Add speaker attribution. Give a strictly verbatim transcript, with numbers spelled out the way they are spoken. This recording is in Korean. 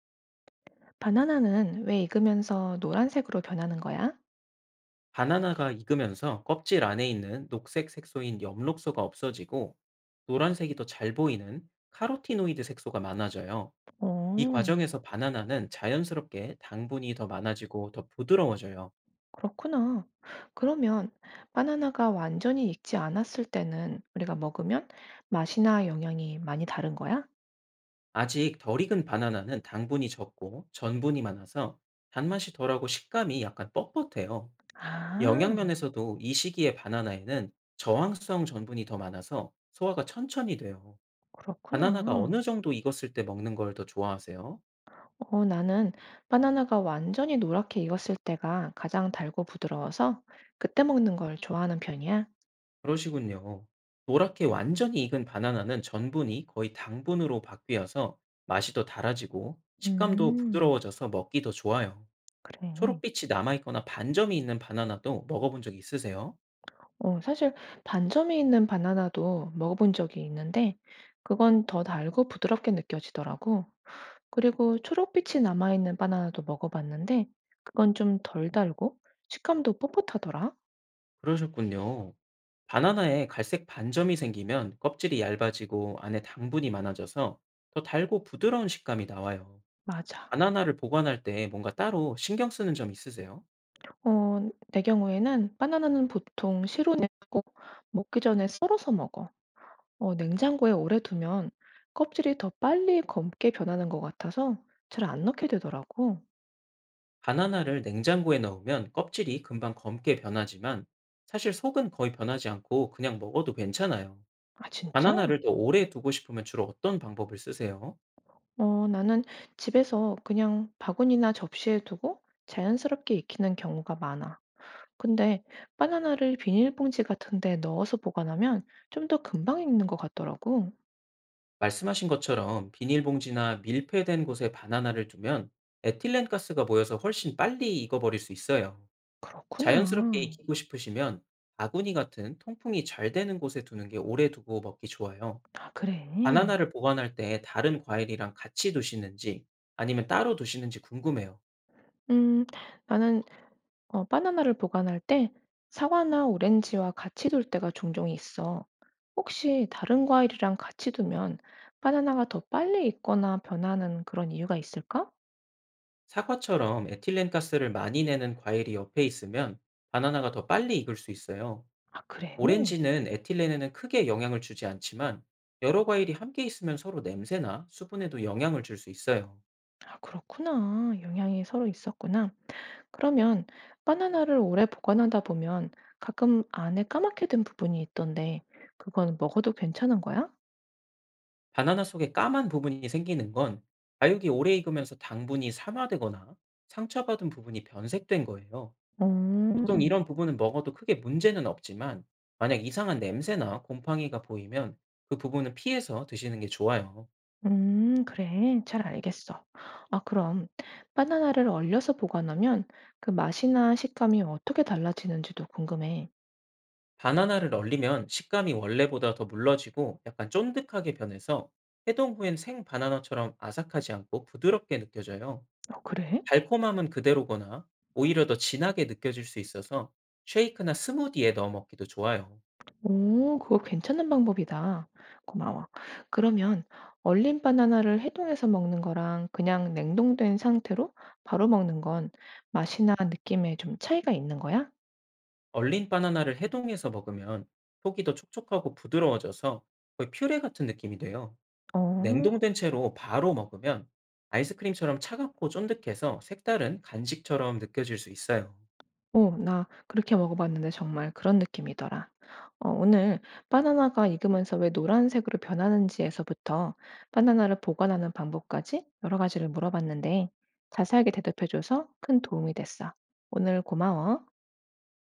Speaker 1: 바나나는 왜 익으면서 노란색으로 변하는 거야?
Speaker 2: 바나나가 익으면서 껍질 안에 있는 녹색 색소인 엽록소가 없어지고, 노란색이 더 잘 보이는 카로티노이드 색소가 많아져요. 이
Speaker 1: 어,
Speaker 2: 과정에서 바나나는 자연스럽게 당분이 더 많아지고 더 부드러워져요.
Speaker 1: 그렇구나. 그러면 바나나가 완전히 익지 않았을 때는 우리가 먹으면 맛이나 영양이 많이 다른 거야?
Speaker 2: 아직 덜 익은 바나나는 당분이 적고 전분이 많아서 단맛이 덜하고 식감이 약간 뻣뻣해요.
Speaker 1: 아,
Speaker 2: 영양면에서도 이 시기의 바나나에는 저항성 전분이 더 많아서 소화가 천천히 돼요. 바나나가
Speaker 1: 그렇구나.
Speaker 2: 어느 정도 익었을 때 먹는 걸 더 좋아하세요?
Speaker 1: 어, 나는 바나나가 완전히 노랗게 익었을 때가 가장 달고 부드러워서 그때 먹는 걸 좋아하는 편이야.
Speaker 2: 그러시군요. 노랗게 완전히 익은 바나나는 전분이 거의 당분으로 바뀌어서 맛이 더 달아지고 식감도
Speaker 1: 음,
Speaker 2: 부드러워져서 먹기 더 좋아요.
Speaker 1: 그래.
Speaker 2: 초록빛이 남아있거나 반점이 있는 바나나도 먹어본 적 있으세요?
Speaker 1: 어 사실 반점이 있는 바나나도 먹어본 적이 있는데 그건 더 달고 부드럽게 느껴지더라고. 그리고 초록빛이 남아있는 바나나도 먹어봤는데 그건 좀 덜 달고 식감도 뻣뻣하더라.
Speaker 2: 그러셨군요. 바나나에 갈색 반점이 생기면 껍질이 얇아지고 안에 당분이 많아져서 더 달고 부드러운 식감이 나와요.
Speaker 1: 맞아.
Speaker 2: 바나나를 보관할 때 뭔가 따로 신경 쓰는 점 있으세요?
Speaker 1: 어, 내 경우에는 바나나는 보통 시로 내고 먹기 전에 썰어서 먹어. 어, 냉장고에 오래 두면 껍질이 더 빨리 검게 변하는 것 같아서 잘 안 넣게 되더라고.
Speaker 2: 바나나를 냉장고에 넣으면 껍질이 금방 검게 변하지만, 사실 속은 거의 변하지 않고 그냥 먹어도 괜찮아요.
Speaker 1: 아, 진짜?
Speaker 2: 바나나를 더 오래 두고 싶으면 주로 어떤 방법을 쓰세요?
Speaker 1: 어, 나는 집에서 그냥 바구니나 접시에 두고 자연스럽게 익히는 경우가 많아. 근데 바나나를 비닐봉지 같은 데 넣어서 보관하면 좀 더 금방 익는 것 같더라고.
Speaker 2: 말씀하신 것처럼 비닐봉지나 밀폐된 곳에 바나나를 두면 에틸렌 가스가 모여서 훨씬 빨리 익어버릴 수 있어요.
Speaker 1: 그렇구나.
Speaker 2: 자연스럽게 익히고 싶으시면 바구니 같은 통풍이 잘 되는 곳에 두는 게 오래 두고 먹기 좋아요.
Speaker 1: 아, 그래.
Speaker 2: 바나나를 보관할 때 다른 과일이랑 같이 두시는지, 아니면 따로 두시는지 궁금해요.
Speaker 1: 음, 나는 어, 바나나를 보관할 때 사과나 오렌지와 같이 둘 때가 종종 있어. 혹시 다른 과일이랑 같이 두면 바나나가 더 빨리 익거나 변하는 그런 이유가 있을까?
Speaker 2: 사과처럼 에틸렌가스를 많이 내는 과일이 옆에 있으면 바나나가 더 빨리 익을 수 있어요.
Speaker 1: 아, 그래.
Speaker 2: 오렌지는 에틸렌에는 크게 영향을 주지 않지만, 여러 과일이 함께 있으면 서로 냄새나 수분에도 영향을 줄 수 있어요.
Speaker 1: 아, 그렇구나. 영향이 서로 있었구나. 그러면 바나나를 오래 보관하다 보면 가끔 안에 까맣게 된 부분이 있던데 그건 먹어도 괜찮은 거야?
Speaker 2: 바나나 속에 까만 부분이 생기는 건 과육이 오래 익으면서 당분이 산화되거나 상처받은 부분이 변색된 거예요. 보통
Speaker 1: 음,
Speaker 2: 이런 부분은 먹어도 크게 문제는 없지만, 만약 이상한 냄새나 곰팡이가 보이면 그 부분은 피해서 드시는 게 좋아요.
Speaker 1: 음, 그래. 잘 알겠어. 아, 그럼 바나나를 얼려서 보관하면 그 맛이나 식감이 어떻게 달라지는지도 궁금해.
Speaker 2: 바나나를 얼리면 식감이 원래보다 더 물러지고 약간 쫀득하게 변해서, 해동 후엔 생 바나나처럼 아삭하지 않고 부드럽게 느껴져요.
Speaker 1: 어, 그래?
Speaker 2: 달콤함은 그대로거나 오히려 더 진하게 느껴질 수 있어서 쉐이크나 스무디에 넣어 먹기도 좋아요.
Speaker 1: 오, 그거 괜찮은 방법이다. 고마워. 그러면 얼린 바나나를 해동해서 먹는 거랑 그냥 냉동된 상태로 바로 먹는 건 맛이나 느낌에 좀 차이가 있는 거야?
Speaker 2: 얼린 바나나를 해동해서 먹으면 속이 더 촉촉하고 부드러워져서 거의 퓨레 같은 느낌이 돼요.
Speaker 1: 어,
Speaker 2: 냉동된 채로 바로 먹으면 아이스크림처럼 차갑고 쫀득해서 색다른 간식처럼 느껴질 수 있어요.
Speaker 1: 어, 나 그렇게 먹어봤는데 정말 그런 느낌이더라. 어, 오늘 바나나가 익으면서 왜 노란색으로 변하는지에서부터 바나나를 보관하는 방법까지 여러 가지를 물어봤는데 자세하게 대답해줘서 큰 도움이 됐어. 오늘 고마워.